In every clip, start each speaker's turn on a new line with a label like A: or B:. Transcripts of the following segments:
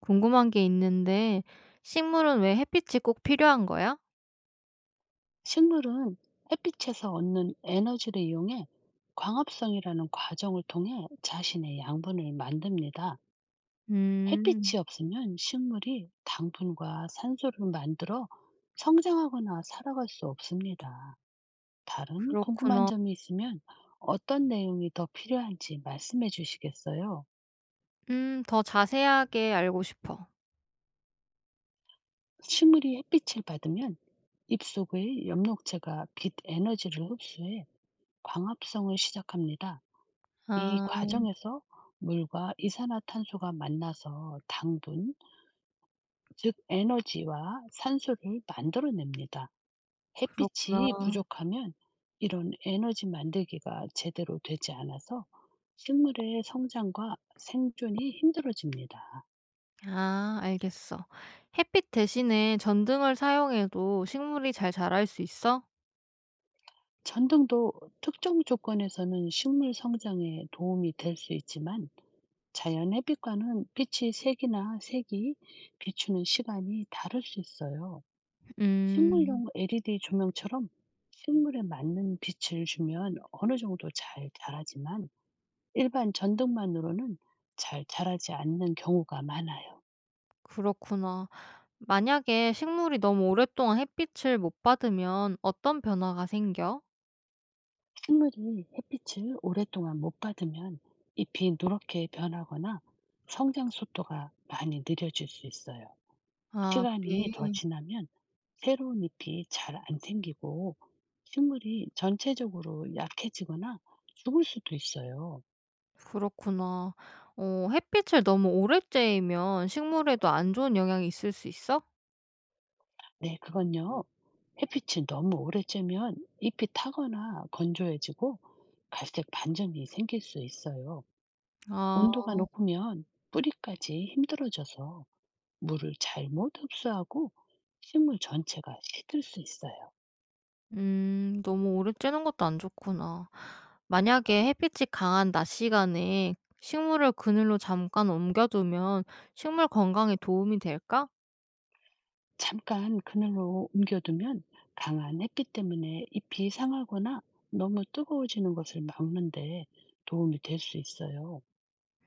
A: 궁금한 게 있는데 식물은 왜 햇빛이 꼭 필요한 거야?
B: 식물은 햇빛에서 얻는 에너지를 이용해 광합성이라는 과정을 통해 자신의 양분을 만듭니다.
A: 음,
B: 햇빛이 없으면 식물이 당분과 산소를 만들어 성장하거나 살아갈 수 없습니다. 다른 궁금한
A: 그렇구나.
B: 점이 있으면 어떤 내용이 더 필요한지 말씀해 주시겠어요?
A: 더 자세하게 알고 싶어.
B: 식물이 햇빛을 받으면 잎속의 엽록체가 빛 에너지를 흡수해 광합성을 시작합니다. 이
A: 아,
B: 과정에서 물과 이산화탄소가 만나서 당분, 즉 에너지와 산소를 만들어냅니다. 햇빛이
A: 그렇구나.
B: 부족하면 이런 에너지 만들기가 제대로 되지 않아서 식물의 성장과 생존이 힘들어집니다.
A: 아, 알겠어. 햇빛 대신에 전등을 사용해도 식물이 잘 자랄 수 있어?
B: 전등도 특정 조건에서는 식물 성장에 도움이 될 수 있지만, 자연 햇빛과는 빛의 색이나 색이 비추는 시간이 다를 수 있어요.
A: 음,
B: 식물용 LED 조명처럼 식물에 맞는 빛을 주면 어느 정도 잘 자라지만, 일반 전등만으로는 잘 자라지 않는 경우가 많아요.
A: 그렇구나. 만약에 식물이 너무 오랫동안 햇빛을 못 받으면 어떤 변화가 생겨?
B: 식물이 햇빛을 오랫동안 못 받으면 잎이 누렇게 변하거나 성장 속도가 많이 느려질 수 있어요.
A: 아, 그래.
B: 시간이 더 지나면 새로운 잎이 잘 안 생기고 식물이 전체적으로 약해지거나 죽을 수도 있어요.
A: 그렇구나. 햇빛을 너무 오래 쬐면 식물에도 안 좋은 영향이 있을 수 있어?
B: 네, 그건요. 햇빛이 너무 오래 쬐면 잎이 타거나 건조해지고 갈색 반점이 생길 수 있어요.
A: 아.
B: 온도가 높으면 뿌리까지 힘들어져서 물을 잘못 흡수하고 식물 전체가 시들 수 있어요.
A: 음. 너무 오래 쬐는 것도 안 좋구나. 만약에 햇빛이 강한 낮 시간에 식물을 그늘로 잠깐 옮겨두면 식물 건강에 도움이 될까?
B: 잠깐 그늘로 옮겨두면 강한 햇빛 때문에 잎이 상하거나 너무 뜨거워지는 것을 막는데 도움이 될 수 있어요.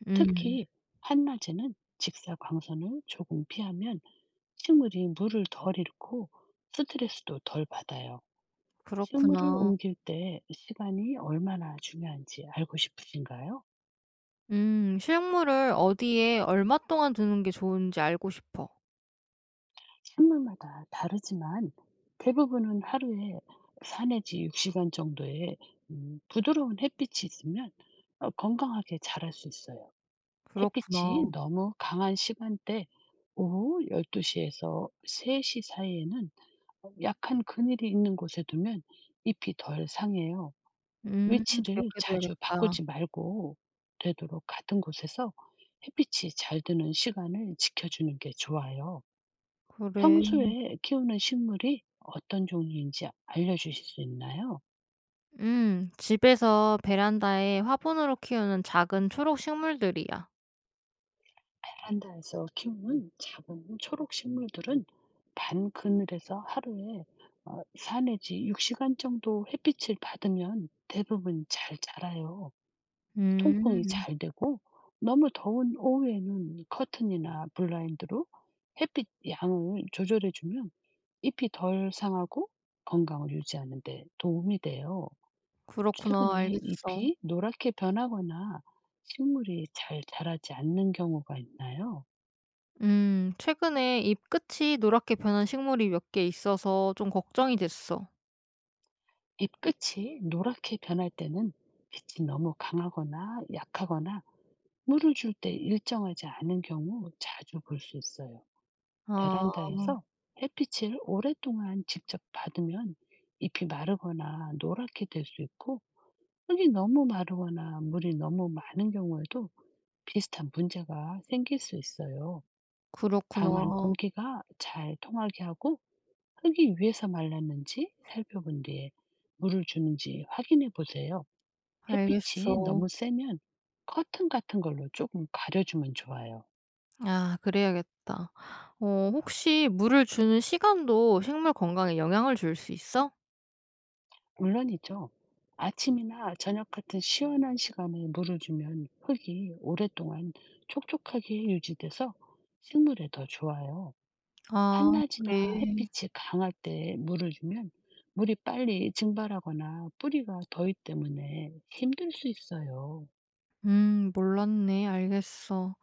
A: 음.
B: 특히 한낮에는 직사광선을 조금 피하면 식물이 물을 덜 잃고 스트레스도 덜 받아요. 식물을
A: 그렇구나.
B: 옮길 때 시간이 얼마나 중요한지 알고 싶으신가요?
A: 음. 식물을 어디에 얼마 동안 두는 게 좋은지 알고 싶어.
B: 식물마다 다르지만 대부분은 하루에 4 내지 6 시간 정도의 부드러운 햇빛이 있으면 건강하게 자랄 수 있어요. 햇빛이
A: 그렇구나.
B: 너무 강한 시간대, 오후 1, 2시 에서 3시 사이에는 약한 그늘이 있는 곳에 두면 잎이 덜 상해요.
A: 음.
B: 위치를
A: 기억해
B: 자주
A: 둬야겠다.
B: 바꾸지 말고 되도록 같은 곳에서 햇빛이 잘 드는 시간을 지켜주는 게 좋아요.
A: 그래.
B: 평소에 키우는 식물이 어떤 종류인지 알려주실 수 있나요?
A: 집에서 베란다에 화분으로 키우는 작은 초록 식물들이야.
B: 베란다에서 키우는 작은 초록 식물들은 반 그늘에서 하루에 4 내지 6시간 정도 햇빛을 받으면 대부분 잘 자라요. 통풍이
A: 음,
B: 잘 되고 너무 더운 오후에는 커튼이나 블라인드로 햇빛 양을 조절해 주면 잎이 덜 상하고 건강을 유지하는 데 도움이 돼요.
A: 그렇구나.
B: 최근에
A: 알겠어.
B: 잎이 노랗게 변하거나 식물이 잘 자라지 않는 경우가 있나요?
A: 최근에 잎 끝이 노랗게 변한 식물이 몇 개 있어서 좀 걱정이 됐어.
B: 잎 끝이 노랗게 변할 때는 빛이 너무 강하거나 약하거나 물을 줄 때 일정하지 않은 경우 자주 볼 수 있어요.
A: 아,
B: 베란다에서 햇빛을 오랫동안 직접 받으면 잎이 마르거나 노랗게 될 수 있고, 흙이 너무 마르거나 물이 너무 많은 경우에도 비슷한 문제가 생길 수 있어요. 방안
A: 그렇구나.
B: 공기가 잘 통하게 하고 흙이 위에서 말랐는지 살펴본 뒤에 물을 주는지 확인해 보세요.
A: 알겠어.
B: 햇빛이 너무 세면 커튼 같은 걸로 조금 가려주면 좋아요.
A: 아, 그래야겠다. 어, 혹시 물을 주는 시간도 식물 건강에 영향을 줄 수 있어?
B: 물론이죠. 아침이나 저녁 같은 시원한 시간에 물을 주면 흙이 오랫동안 촉촉하게 유지돼서 식물에 더 좋아요.
A: 아, 그래.
B: 한낮이나 햇빛이 강할 때 물을 주면 물이 빨리 증발하거나 뿌리가 더위 때문에 힘들 수 있어요.
A: 몰랐네. 알겠어.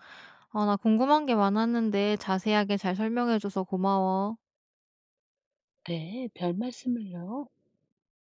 A: 나 궁금한 게 많았는데 자세하게 잘 설명해 줘서 고마워.
B: 네, 별 말씀을요.